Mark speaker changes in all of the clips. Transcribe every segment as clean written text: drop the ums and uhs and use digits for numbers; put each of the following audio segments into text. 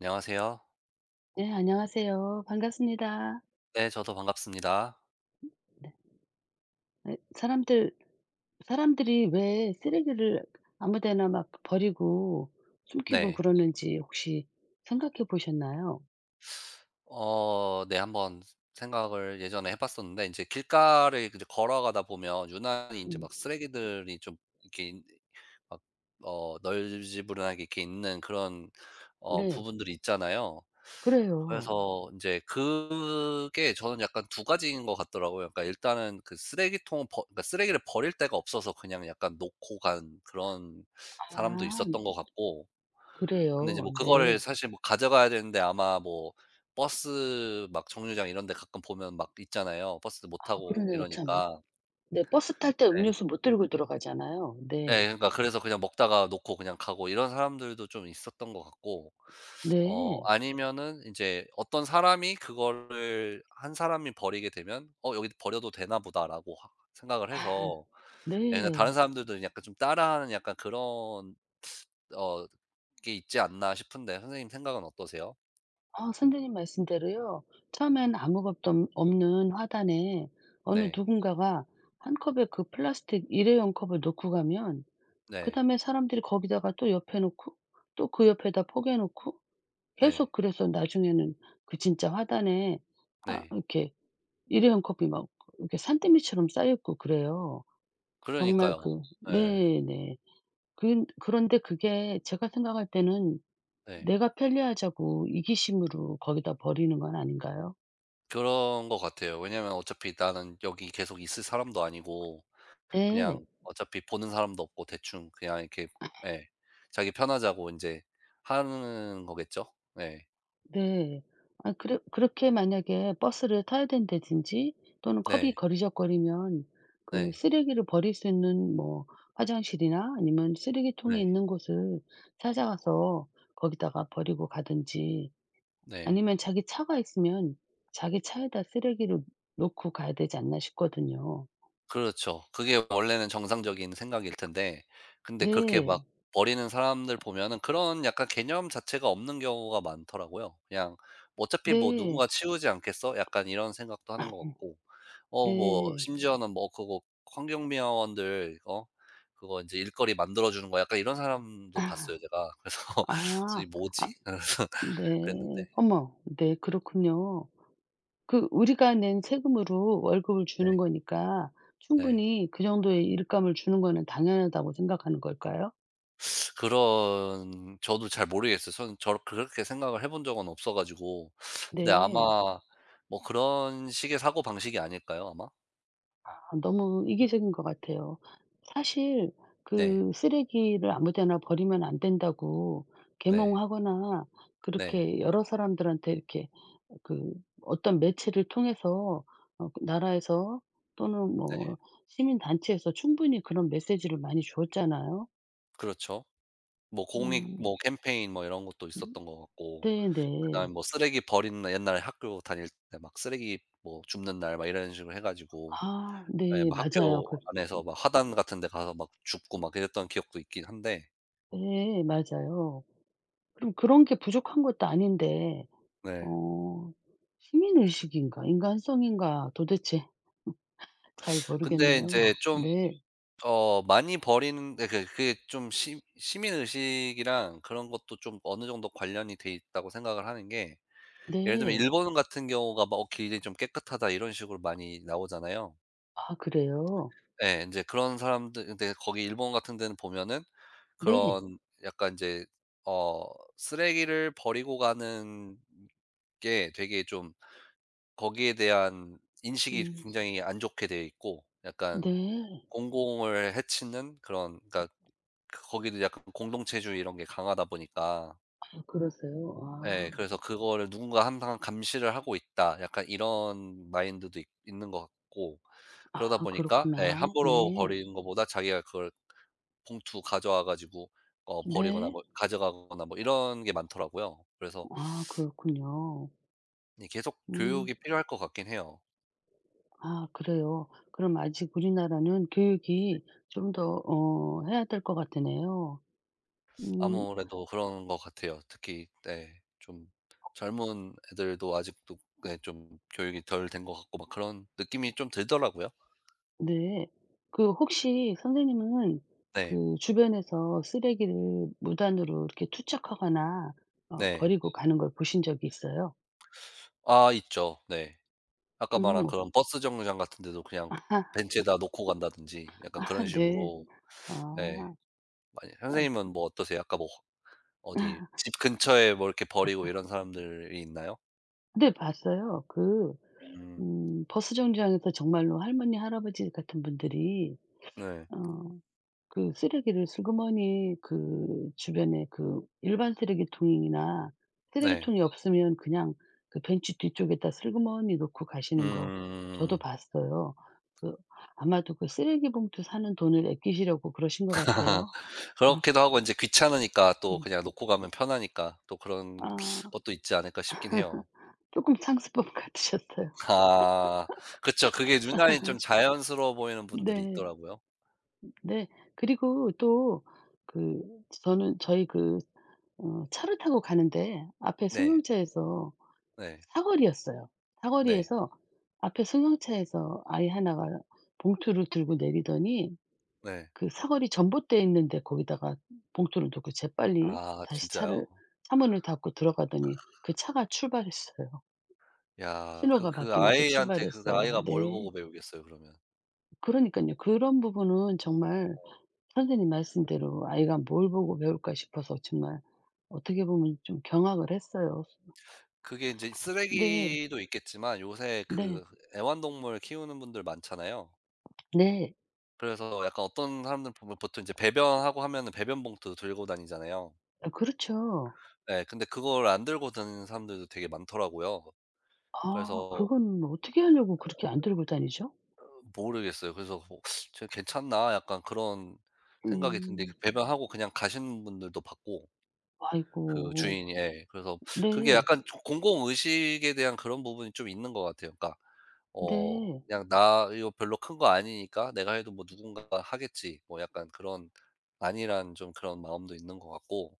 Speaker 1: 안녕하세요.
Speaker 2: 네, 안녕하세요. 반갑습니다.
Speaker 1: 네, 저도 반갑습니다.
Speaker 2: 네. 에 사람들 사람들이 왜 쓰레기를 아무 데나 막 버리고 숨기고
Speaker 1: 네.
Speaker 2: 그러는지 혹시 생각해 보셨나요?
Speaker 1: 네, 한번 생각을 예전에 해 봤었는데 이제 길가를 이제 걸어가다 보면 유난히 이제
Speaker 2: 음
Speaker 1: 막 쓰레기들이 좀 이렇게 있 막 어 널지부른하게 이렇게 있는 그런
Speaker 2: 네.
Speaker 1: 부분들이 있잖아요.
Speaker 2: 그래요.
Speaker 1: 그래서 이제 그게 저는 약간 두 가지인 것 같더라고요. 그러니까 일단은 그 쓰레기통 버 그러니까 쓰레기를 버릴 데가 없어서 그냥 약간 놓고 간 그런 사람도
Speaker 2: 아
Speaker 1: 있었던 것 같고 근데 이제
Speaker 2: 그래요.
Speaker 1: 뭐 그거를
Speaker 2: 네.
Speaker 1: 사실 뭐 가져가야 되는데 아마 뭐 버스 막 정류장 이런 데 가끔 보면 막 있잖아요. 버스 못
Speaker 2: 아
Speaker 1: 타고
Speaker 2: 그러네요 참.
Speaker 1: 이러니까.
Speaker 2: 네, 버스 탈 때
Speaker 1: 예.
Speaker 2: 음료수 못 들고 들어가잖아요.
Speaker 1: 예,
Speaker 2: 네.
Speaker 1: 그러니까 그래서 그냥 먹다가 놓고 그냥 가고 이런 사람들도 좀 있었던 것 같고
Speaker 2: 네.
Speaker 1: 아니면은 인제 어떤 사람이 그거를 한 사람이 버리게 되면 '어 여기 버려도 되나 보다.'라고 하 생각을 해서 예, 그냥 다른
Speaker 2: 네.
Speaker 1: 사람들도 약간 좀 따라하는 약간 그런 어 게 있지 않나 싶은데 선생님 생각은 어떠세요?
Speaker 2: 아, 선생님 말씀대로요. 처음엔 아무것도 없 없는 화단에 어느
Speaker 1: 네.
Speaker 2: 누군가가 한 컵에 그 플라스틱 일회용 컵을 놓고 가면
Speaker 1: 네.
Speaker 2: 그다음에 사람들이 거기다가 또 옆에 놓고 또 그 옆에다 포개 놓고
Speaker 1: 네.
Speaker 2: 계속 그래서 나중에는 그 진짜 화단에 아
Speaker 1: 네.
Speaker 2: 이렇게 일회용 컵이 막 이렇게 산더미처럼 쌓여 있고 그래요. 정말
Speaker 1: 그러니까요.
Speaker 2: 그
Speaker 1: 네,
Speaker 2: 네네. 그 그런데 그게 제가 생각할 때는
Speaker 1: 네.
Speaker 2: 내가 편리하자고 이기심으로 거기다 버리는 건 아닌가요?
Speaker 1: 그런 것 같아요. 왜냐면 어차피 나는 여기 계속 있을 사람도 아니고
Speaker 2: 네.
Speaker 1: 그냥 어차피 보는 사람도 없고 대충 그냥 이렇게 예, 자기 편하자고 인제 하는 거겠죠? 네.
Speaker 2: 네. 아 그래, 그렇게 만약에 버스를 타야 된다든지 또는 컵이
Speaker 1: 네.
Speaker 2: 거리적거리면 그
Speaker 1: 네.
Speaker 2: 쓰레기를 버릴 수 있는 뭐 화장실이나 아니면 쓰레기통이
Speaker 1: 네.
Speaker 2: 있는 곳을 찾아가서 거기다가 버리고 가든지
Speaker 1: 네.
Speaker 2: 아니면 자기 차가 있으면 자기 차에다 쓰레기를 놓고 가야 되지 않나 싶거든요.
Speaker 1: 그렇죠. 그게 원래는 정상적인 생각일 텐데 근데 그렇게
Speaker 2: 네.
Speaker 1: 막 버리는 사람들 보면은 그런 약간 개념 자체가 없는 경우가 많더라고요. 그냥 '어차피 뭐
Speaker 2: 네.
Speaker 1: 누군가 치우지 않겠어?' 약간 이런 생각도 하는 것 같고 뭐
Speaker 2: 네.
Speaker 1: 심지어는 뭐 그거 환경미화원들 그거 인제 일거리 만들어 주는 거 약간 이런 사람도 봤어요, 제가. 그래서
Speaker 2: 아.
Speaker 1: '이
Speaker 2: 아
Speaker 1: 뭐지?' 이러면서
Speaker 2: 네.
Speaker 1: 그랬는데
Speaker 2: 어머. 네, 그렇군요. 그 우리가 낸 세금으로 월급을 주는
Speaker 1: 네.
Speaker 2: 거니까
Speaker 1: 네.
Speaker 2: 충분히 그 정도의 일감을 주는 거는 당연하다고 생각하는 걸까요?
Speaker 1: 그런 저도 잘 모르겠어요. 저는 저렇 그렇게 생각을 해본 적은 없어 가지고. 근데
Speaker 2: 네.
Speaker 1: 아마 뭐 그런 식의 사고 방식이 아닐까요, 아마?
Speaker 2: 아, 너무 이기적인 것 같아요. 사실
Speaker 1: 네.
Speaker 2: 그 쓰레기를 아무 데나 버리면 안 된다고
Speaker 1: 네.
Speaker 2: 계몽하거나
Speaker 1: 네.
Speaker 2: 그렇게 여러 사람들한테 이렇게 그 어떤 매체를 통해서 그 나라에서 또는
Speaker 1: 네.
Speaker 2: 뭐 시민 단체에서 충분히 그런 메시지를 많이 줬잖아요.
Speaker 1: 그렇죠. 뭐 공익
Speaker 2: 음.
Speaker 1: 뭐 캠페인 뭐 이런 것도 있었던 것 같고.
Speaker 2: 네네.
Speaker 1: 그다음에 뭐 쓰레기 버리는 옛날에 학교 다닐 때 막 쓰레기 뭐 줍는 날 막 이런 식으로 해 가지고
Speaker 2: 아
Speaker 1: 예,
Speaker 2: 네.
Speaker 1: 막
Speaker 2: 맞아요.
Speaker 1: 학교
Speaker 2: 그
Speaker 1: 안에서 막 화단 같은 데 가서 막 줍고 막 그랬던 기억도 있긴 한데
Speaker 2: 네, 맞아요. 그럼 그런 게 부족한 것도 아닌데
Speaker 1: 네.
Speaker 2: 어 시민의식인가 인간성인가 도대체 잘
Speaker 1: 근데
Speaker 2: 모르겠네요.
Speaker 1: 인제 좀
Speaker 2: 네.
Speaker 1: 많이 버리는 예, 그 그게 좀 시 시민 의식이랑 그런 것도 좀 어느 정도 관련이 돼 있다고 생각을 하는 게 예를 들면
Speaker 2: 네.
Speaker 1: 일본 같은 경우가 막 '어 길이 좀 깨끗하다.' 이런 식으로 많이 나오잖아요.
Speaker 2: 아 그래요?
Speaker 1: 예. 인제 그런 사람들 근데 거기 일본 같은 데는 보면은
Speaker 2: 네.
Speaker 1: 그런 약간 이제 어 쓰레기를 버리고 가는 게 되게 좀 거기에 대한 인식이
Speaker 2: 음
Speaker 1: 굉장히 안 좋게 돼 있고 약간
Speaker 2: 네.
Speaker 1: 공공을 해치는 그런 그러니까 그 거기도 약간 공동체주의 이런 게 강하다 보니까
Speaker 2: 아 그러세요?
Speaker 1: 예,
Speaker 2: 아.
Speaker 1: 그래서 '그거를 누군가 항상 감시를 하고 있다.' 약간 이런 마인드도 있 있는 것 같고 그러다
Speaker 2: 아
Speaker 1: 보니까 예,
Speaker 2: 그렇구나.
Speaker 1: 함부로
Speaker 2: 네.
Speaker 1: 버리는 것보다 자기가 그걸 봉투 가져와 가지고 버리거나
Speaker 2: 네.
Speaker 1: 뭐 가져가거나 뭐 이런 게 많더라고요. 그래서
Speaker 2: 아 그렇군요.
Speaker 1: 이 계속
Speaker 2: 음.
Speaker 1: 교육이 필요할 것 같긴 해요.
Speaker 2: 아 그래요. 그럼 아직 우리나라는 교육이 좀 더 해야 될 것 같으네요. 음.
Speaker 1: 아무래도 그런 것 같아요. 특히 네, 좀 젊은 애들도 아직도 네, 좀 교육이 덜 된 것 같고 막 그런 느낌이 좀 들더라고요.
Speaker 2: 네. 그 혹시 선생님은
Speaker 1: 네.
Speaker 2: 그 주변에서 쓰레기를 무단으로 이렇게 투척하거나
Speaker 1: 네.
Speaker 2: 버리고 가는 걸 보신 적이 있어요?
Speaker 1: 아, 있죠. 네. 아까
Speaker 2: 음.
Speaker 1: 말한
Speaker 2: 뭐,
Speaker 1: 그런 버스 정류장 같은 데도 그냥
Speaker 2: 아
Speaker 1: 벤치에다 놓고 간다든지 약간 그런
Speaker 2: 네.
Speaker 1: 식으로 예,
Speaker 2: 아.
Speaker 1: 많이
Speaker 2: 아
Speaker 1: 선생님은 뭐 어떠세요? 아까 뭐 어디 집 근처에 뭐 이렇게 버리고 이런 사람들이 있나요?
Speaker 2: 네 봤어요. 그
Speaker 1: 음.
Speaker 2: 버스 정류장에서 정말로 할머니, 할아버지 같은 분들이
Speaker 1: 네.
Speaker 2: 어 그 쓰레기를 슬그머니 그 주변에 그 일반 쓰레기통이나
Speaker 1: 네.
Speaker 2: 쓰레기통이 없으면 그냥 그 벤치 뒤쪽에다 슬그머니 놓고 가시는 거 저도
Speaker 1: 음.
Speaker 2: 봤어요. 그 아마도 그 쓰레기 봉투 사는 돈을 아끼시려고 그러신 것 같아요. 아
Speaker 1: 그렇기도 하고 이제 귀찮으니까 또
Speaker 2: 음.
Speaker 1: 그냥 놓고 가면 편하니까 또 그런
Speaker 2: 아
Speaker 1: 것도 있지 않을까 싶긴 해요.
Speaker 2: 조금 상습범 같으셨어요.
Speaker 1: 아. 그쵸. 그게 유난히 좀 자연스러워 보이는 분들이
Speaker 2: 네.
Speaker 1: 있더라고요.
Speaker 2: 네. 그리고 또 그 저는 저희 그 차를 타고 가는데 앞에
Speaker 1: 네.
Speaker 2: 승용차에서
Speaker 1: 네.
Speaker 2: 사거리였어요.
Speaker 1: 네.
Speaker 2: 사거리에서 앞에 승용차에서 아이 하나가 봉투를 들고 내리더니
Speaker 1: 네.
Speaker 2: 그 사거리 전봇대 있는데 거기다가 봉투를 놓고 재빨리
Speaker 1: 아,
Speaker 2: 다시
Speaker 1: 진짜요?
Speaker 2: 차를 차문을 닫고 들어가더니 그 차가 출발했어요.
Speaker 1: 야. 그
Speaker 2: 신호가
Speaker 1: 그
Speaker 2: 바뀌면서
Speaker 1: 아이한테 그
Speaker 2: 출발했어요.
Speaker 1: 아이가 뭘
Speaker 2: 네.
Speaker 1: 보고 배우겠어요, 그러면.
Speaker 2: 그러니깐요. 그런 부분은 정말 선생님 말씀대로 '아이가 뭘 보고 배울까?' 싶어서 정말 어떻게 보면 좀 경악을 했어요.
Speaker 1: 그게 이제
Speaker 2: 네.
Speaker 1: 쓰레기도 있겠지만 요새
Speaker 2: 네.
Speaker 1: 그 애완동물 키우는 분들 많잖아요.
Speaker 2: 네.
Speaker 1: 그래서 약간 어떤 사람들 보면 보통 이제 배변하고 하면은 배변 봉투 들고 다니잖아요.
Speaker 2: 아 그렇죠.
Speaker 1: 예. 근데 그걸 안 들고 다니는 사람들도 되게 많더라고요.
Speaker 2: 아
Speaker 1: 그래서
Speaker 2: 그건 어떻게 하려고 그렇게 안 들고 다니죠?
Speaker 1: 모르겠어요. 그래서 뭐 저 괜찮나?' 약간 그런 생각이 드는데 그
Speaker 2: 음.
Speaker 1: 배변하고 그냥 가시는 분들도 봤고 그
Speaker 2: 아이고.
Speaker 1: 주인이, 예. 그래서 그게
Speaker 2: 네.
Speaker 1: 약간 좀 공공의식에 대한 그런 부분이 좀 있는 것 같아요. 그러니까
Speaker 2: 네.
Speaker 1: 그냥 '나 이거 별로 큰 거 아니니까 내가 해도 뭐 누군가 하겠지.' 뭐 약간 그런 안일한 좀 그런 마음도 있는 것 같고.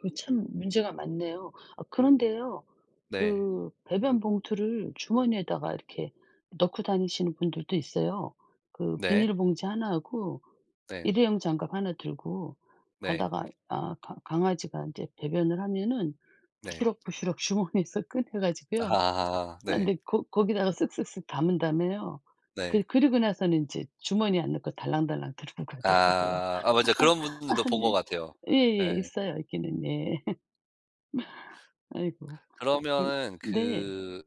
Speaker 2: 그 참 문제가 많네요. 아 그런데요.
Speaker 1: 네.
Speaker 2: 그 배변 봉투를 주머니에다가 이렇게 넣고 다니시는 분들도 있어요. 그
Speaker 1: 네.
Speaker 2: 비닐봉지 하나 하고
Speaker 1: 네.
Speaker 2: 일회용 장갑 하나 들고
Speaker 1: 네.
Speaker 2: 가다가 아 강 강아지가 이제 배변을 하면은
Speaker 1: 네.
Speaker 2: 부시럭부시럭 주머니에서 꺼내
Speaker 1: 아하
Speaker 2: 가지고요.
Speaker 1: 하
Speaker 2: 아
Speaker 1: 네.
Speaker 2: 근데 거 거기다가 쓱쓱쓱 담은 다음에요. 그
Speaker 1: 네.
Speaker 2: 그리고 나서는 인제 주머니에 안 넣고 달랑달랑 들고 가더라고요.
Speaker 1: 아. 아, 맞아요. 그런 분들도
Speaker 2: 아
Speaker 1: 본 것
Speaker 2: 네.
Speaker 1: 같아요. 예.
Speaker 2: 예예. 있어요, 있기는. 예. 아이고. 그
Speaker 1: 그러면은
Speaker 2: 네.
Speaker 1: 그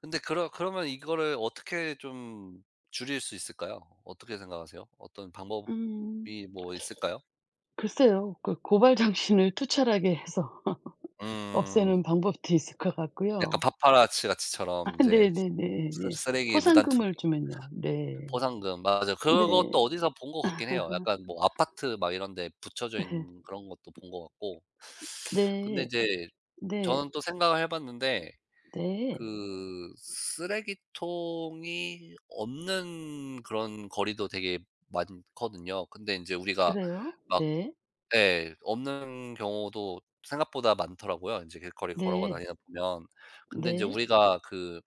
Speaker 1: 근데 그러면 이거를 어떻게 좀 줄일 수 있을까요? 어떻게 생각하세요? 어떤 방법이
Speaker 2: 음
Speaker 1: 뭐 있을까요?
Speaker 2: 글쎄요. 그 고발 정신을 투철하게 해서
Speaker 1: 음.
Speaker 2: 없애는 방법도 있을 것
Speaker 1: 약간
Speaker 2: 같고요. 아
Speaker 1: 파파라치같이처럼 인제
Speaker 2: 네네네.
Speaker 1: 쓰
Speaker 2: 예.
Speaker 1: 쓰레기 무단
Speaker 2: 포상금을
Speaker 1: 투기.
Speaker 2: 주면요. 네.
Speaker 1: 보상금. 맞아요.
Speaker 2: 네.
Speaker 1: 그것도 어디서 본 것 같긴 해요.
Speaker 2: 아하.
Speaker 1: 약간 뭐 아파트 막 이런 데 붙여져
Speaker 2: 네.
Speaker 1: 있는 그런 것도 본 것 같고. 근데
Speaker 2: 네.
Speaker 1: 이제
Speaker 2: 네.
Speaker 1: 저는 또 생각을 해 봤는데
Speaker 2: 네.
Speaker 1: 그 쓰레기통이 없는 그런 거리도 되게 많거든요. 근데 인제 우리가
Speaker 2: 그래요?
Speaker 1: 막
Speaker 2: 네.
Speaker 1: 예, 없는 경우도 생각보다 많더라고요, 인제 길거리 걸어가
Speaker 2: 네.
Speaker 1: 다니다 보면. 근데 인제
Speaker 2: 네.
Speaker 1: 우리가 그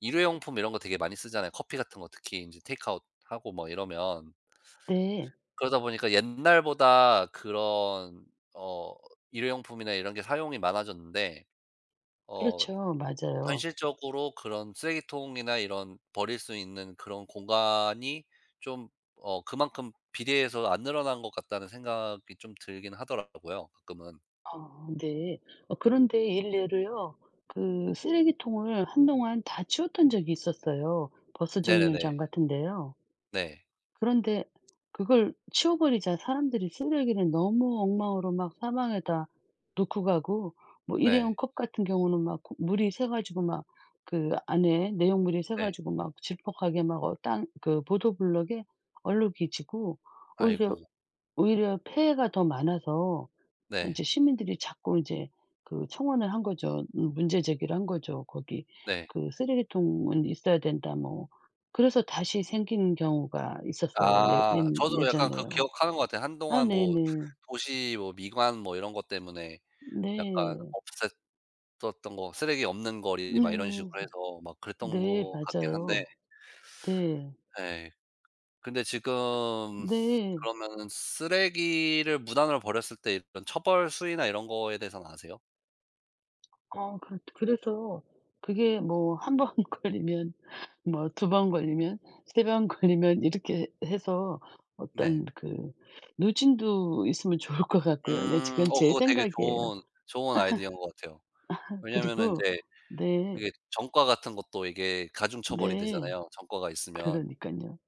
Speaker 1: 일회용품 이런 거 되게 많이 쓰잖아요. 커피 같은 거 특히 인제 테이크아웃 하고 뭐 이러면.
Speaker 2: 네.
Speaker 1: 그러다 보니까 옛날보다 그런 어 일회용품이나 이런 게 사용이 많아졌는데 어
Speaker 2: 그렇죠. 맞아요.
Speaker 1: 현실적으로 그런 쓰레기통이나 이런 버릴 수 있는 그런 공간이 좀 그만큼 비례해서 안 늘어난 것 같다는 생각이 좀 들긴 하더라고요, 가끔은.
Speaker 2: 어 네. 그런데 일례로요. 그 쓰레기통을 한동안 다 치웠던 적이 있었어요, 버스 정류장
Speaker 1: 네네네.
Speaker 2: 같은 데요.
Speaker 1: 네.
Speaker 2: 그런데 그걸 치워 버리자 사람들이 쓰레기를 너무 엉망으로 막 사방에다 놓고 가고 뭐
Speaker 1: 네.
Speaker 2: 일회용 컵 같은 경우는 막 고 물이 새 가지고 막 그 안에 내용물이 새
Speaker 1: 네.
Speaker 2: 가지고 막 질퍽하게 막 땅 그 보도블럭에 얼룩이 지고 오히려
Speaker 1: 아이고.
Speaker 2: 오히려 폐해가 더 많아서 이
Speaker 1: 네.
Speaker 2: 제 시민들이 자꾸 이제 그 청원을 한 거죠. 문제 제기를 한 거죠. 거기
Speaker 1: 네.
Speaker 2: 그 "쓰레기통은 있어야 된다." 뭐 그래서 다시 생긴 경우가 있었어요. 예.
Speaker 1: 아, 저도 약간 그
Speaker 2: 예전에요.
Speaker 1: 기억하는 것 같아요.
Speaker 2: 아
Speaker 1: 한동안 뭐
Speaker 2: 네네.
Speaker 1: 도시 뭐 미관 뭐 이런 것 때문에
Speaker 2: 네.
Speaker 1: 약간
Speaker 2: 네.
Speaker 1: 없앴었던 거, 쓰레기 없는 거리
Speaker 2: 네
Speaker 1: 막 이런 식으로 해서 막 그랬던
Speaker 2: 네,
Speaker 1: 것 같긴 한데
Speaker 2: 맞아요. 네.
Speaker 1: 예. 근데 지금
Speaker 2: 네.
Speaker 1: 그러면은 쓰레기를 무단으로 버렸을 때 이런 처벌 수위나 이런 거에 대해서는 아세요?
Speaker 2: 그 그래서 그게 뭐 한 번 걸리면 뭐 두 번 걸리면 세 번 걸리면 이렇게 해서
Speaker 1: 네.
Speaker 2: 어떤 그 누진도 있으면 좋을 것 같고요. 네,
Speaker 1: 음.
Speaker 2: 지금 제
Speaker 1: 그거 되게
Speaker 2: 생각이에요.
Speaker 1: 좋은 좋은 아이디어인 것 같아요. 왜냐면은
Speaker 2: 그리고
Speaker 1: 인제
Speaker 2: 네.
Speaker 1: 그게 전과 같은 것도 이게 가중처벌이
Speaker 2: 네.
Speaker 1: 되잖아요, 전과가 있으면.
Speaker 2: 그러니깐요.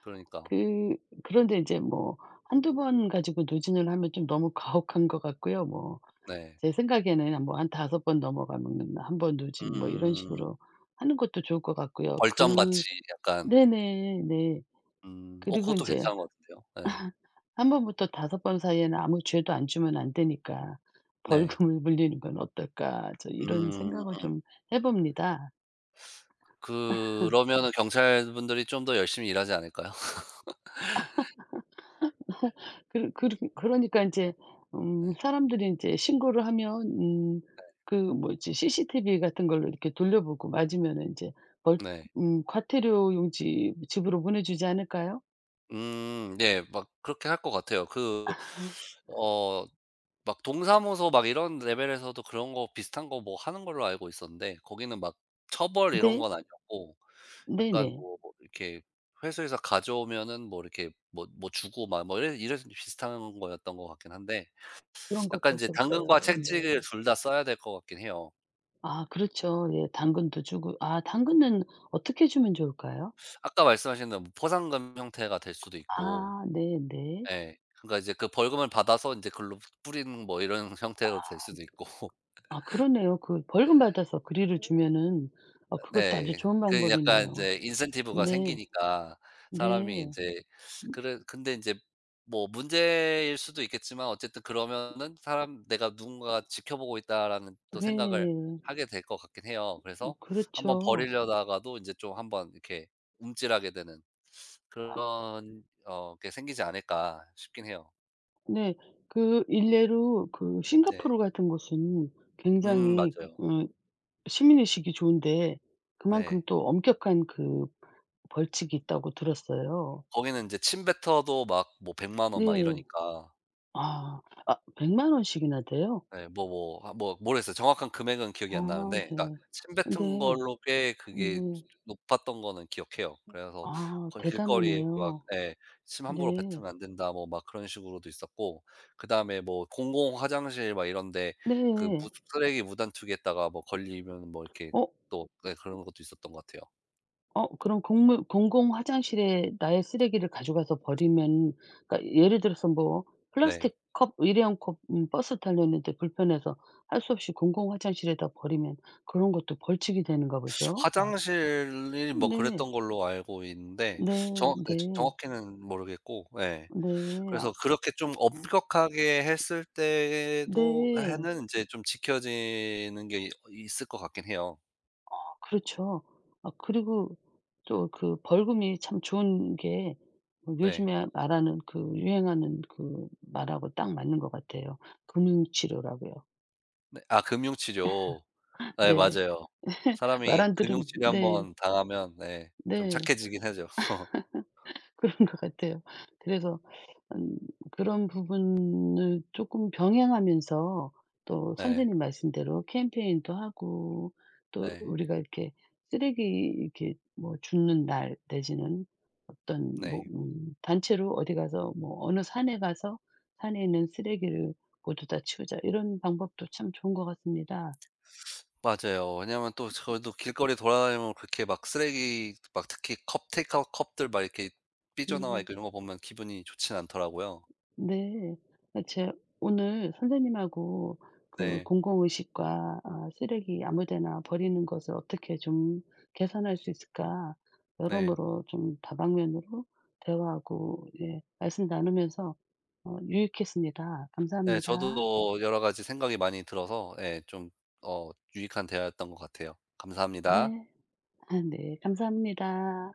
Speaker 1: 그러니까.
Speaker 2: 그 그런데 인제 뭐 한두 번 가지고 누진을 하면 좀 너무 가혹한 것 같고요. 뭐
Speaker 1: 네.
Speaker 2: 제 생각에는 뭐한섯번 넘어가면은 한 번 누진 뭐 이런
Speaker 1: 음.
Speaker 2: 식으로 하는 것도 좋을 것 같고요. 그
Speaker 1: 벌점같이 약간
Speaker 2: 네네. 네. 네.
Speaker 1: 음,
Speaker 2: 그리고
Speaker 1: 그것도
Speaker 2: 인제
Speaker 1: 괜찮은 것 같은데요. 네.
Speaker 2: 한 번부터 다섯 번 사이에는 아무 죄도 안 주면 안 되니까
Speaker 1: 네.
Speaker 2: '벌금을 물리는 건 어떨까.' 저 이런
Speaker 1: 음.
Speaker 2: 생각을 좀 해 봅니다.
Speaker 1: 그러면은 경찰분들이 좀 더 열심히 일하지 않을까요?
Speaker 2: 그러니까 이제
Speaker 1: 네.
Speaker 2: 사람들이 이제 신고를 하면 그 뭐지 CCTV 같은 걸로 이렇게 돌려보고 맞으면 이제 벌
Speaker 1: 네.
Speaker 2: 과태료 용지 집으로 보내주지 않을까요?
Speaker 1: 음, 네. 막 그렇게 할 것 같아요. 그
Speaker 2: 아,
Speaker 1: 어 막 동사무소 막 이런 레벨에서도 그런 거 비슷한 거 뭐 하는 걸로 알고 있었는데 거기는 막 처벌 이런
Speaker 2: 네.
Speaker 1: 건 아니었고 약간
Speaker 2: 네네.
Speaker 1: 뭐 이렇게 회수해서 가져오면은 뭐 이렇게 뭐 뭐 주고 막 뭐 이래 이래서 비슷한 거였던 것 같긴 한데
Speaker 2: 그런 것도
Speaker 1: 약간 이제 당근과
Speaker 2: 했었어요.
Speaker 1: 채찍을
Speaker 2: 네.
Speaker 1: 둘 다 써야 될 것 같긴 해요.
Speaker 2: 아 그렇죠. 예 당근도 주고 아 당근은 어떻게 주면 좋을까요?
Speaker 1: 아까 말씀하신 대로 뭐 포상금 형태가 될 수도 있고
Speaker 2: 아 네네.
Speaker 1: 예. 그러니까 이제 그 벌금을 받아서 인제 글로 뿌리는 뭐 이런 형태로 될 수도 있고.
Speaker 2: 아 그러네요. 그 벌금 받아서 그릴을 주면은 어 그것도 아주
Speaker 1: 네.
Speaker 2: 좋은
Speaker 1: 그 약간
Speaker 2: 방법이네요.
Speaker 1: 인제 인센티브가
Speaker 2: 네.
Speaker 1: 생기니까 사람이
Speaker 2: 네.
Speaker 1: 인제 그래 근데 인제 뭐 문제일 수도 있겠지만 어쨌든 그러면은 사람 '내가 누군가가 지켜보고 있다.'라는 또 생각을
Speaker 2: 네.
Speaker 1: 하게 될 것 같긴 해요. 그래서 한번
Speaker 2: 그렇죠.
Speaker 1: 버리려다가도 인제 좀 한번 이렇게 움찔하게 되는 그런 어게 생기지 않을까 싶긴 해요.
Speaker 2: 네. 그 일례로 그
Speaker 1: 네.
Speaker 2: 싱가포르 같은 곳은
Speaker 1: 음,
Speaker 2: 굉장히
Speaker 1: 맞아요.
Speaker 2: 시민의식이 좋은데 그만큼
Speaker 1: 네.
Speaker 2: 또 엄격한 그 벌칙이 있다고 들었어요.
Speaker 1: 거기는 인제 침뱉어도 막 뭐1 0 0 원 막
Speaker 2: 네.
Speaker 1: 이러니까.
Speaker 2: 아. 아 1 0 0 원씩이나 돼요?
Speaker 1: 예, 뭐 뭐 아 뭐 모르겠어요. 정확한 금액은 기억이
Speaker 2: 아
Speaker 1: 안 나는데 그러니까
Speaker 2: 네.
Speaker 1: 침뱉은
Speaker 2: 네.
Speaker 1: 걸로 꽤 그게
Speaker 2: 네.
Speaker 1: 높았던 거는 기억해요. 그래서
Speaker 2: 아
Speaker 1: 거의 길거리에 막
Speaker 2: 대단하네요.
Speaker 1: 예, "침 함부로
Speaker 2: 네.
Speaker 1: 뱉으면 안 된다." 뭐 막 그런 식으로도 있었고 그다음에 뭐 공공 화장실 막 이런 데 그 무
Speaker 2: 네.
Speaker 1: 쓰레기 무단 투기했다가 뭐 걸리면 뭐 이렇게
Speaker 2: 어
Speaker 1: 또 네, 그런 것도 있었던 것 같아요.
Speaker 2: 그럼 공물 공공 화장실에 나의 쓰레기를 가져가서 버리면 그러니까 예를 들어서 뭐
Speaker 1: 네.
Speaker 2: 플라스틱 컵, 일회용 컵 버스 타려는데 불편해서 할 수 없이 공공 화장실에다 버리면 그런 것도 벌칙이 되는가 보죠? 와.
Speaker 1: 화장실이 뭐
Speaker 2: 네.
Speaker 1: 그랬던 걸로 알고 있는데
Speaker 2: 네.
Speaker 1: 정확 네,
Speaker 2: 네.
Speaker 1: 정확히는 모르겠고 예.
Speaker 2: 네. 아
Speaker 1: 그래서 그렇게 좀
Speaker 2: 음.
Speaker 1: 엄격하게 했을 때도
Speaker 2: 네.
Speaker 1: 해는 인제 좀 지켜지는 게 있을 것 같긴 해요.
Speaker 2: 그렇죠. 아 그리고 또 그 벌금이 참 좋은 게 뭐
Speaker 1: 네.
Speaker 2: 요즘에 말하는 그 유행하는 그 말하고 딱 맞는 것 같아요. 금융치료라고요.
Speaker 1: 네, 아 금융치료. 예,
Speaker 2: 네.
Speaker 1: 맞아요.
Speaker 2: 말
Speaker 1: 사람이
Speaker 2: 안 들으면
Speaker 1: 금융치료 한
Speaker 2: 네.
Speaker 1: 번 당하면 네, 좀
Speaker 2: 네.
Speaker 1: 착해지긴 하죠.
Speaker 2: 그런 것 같아요. 그래서 음 그런 부분을 조금 병행하면서 또
Speaker 1: 네.
Speaker 2: 선생님 말씀대로 캠페인도 하고 또
Speaker 1: 네.
Speaker 2: 우리가 이렇게 쓰레기 이렇게 뭐 줍는 날 내지는 어떤 뭐
Speaker 1: 네.
Speaker 2: 단체로 어디 가서 뭐 어느 산에 가서 '산에 있는 쓰레기를 모두 다 치우자.' 이런 방법도 참 좋은 것 같습니다.
Speaker 1: 맞아요. 왜냐면 또 저도 길거리 돌아다니면 그렇게 막 쓰레기 막 특히 컵 테이크아웃 컵들 막 이렇게 삐져나와
Speaker 2: 음.
Speaker 1: 있고 이런 거 보면 기분이 좋진 않더라고요.
Speaker 2: 네. 아 제 오늘 선생님하고 그
Speaker 1: 네.
Speaker 2: 공공의식과 아 쓰레기 아무 데나 버리는 것을 어떻게 좀 개선할 수 있을까
Speaker 1: 네.
Speaker 2: 여러모로 좀 다방면으로 대화하고 예 말씀 나누면서 어 유익했습니다.
Speaker 1: 네.
Speaker 2: 감사합니다.
Speaker 1: 저도 여러 가지 생각이 많이 들어서 예, 좀 유익한 대화였던 것 같아요. 감사합니다.
Speaker 2: 네. 아 네. 감사합니다.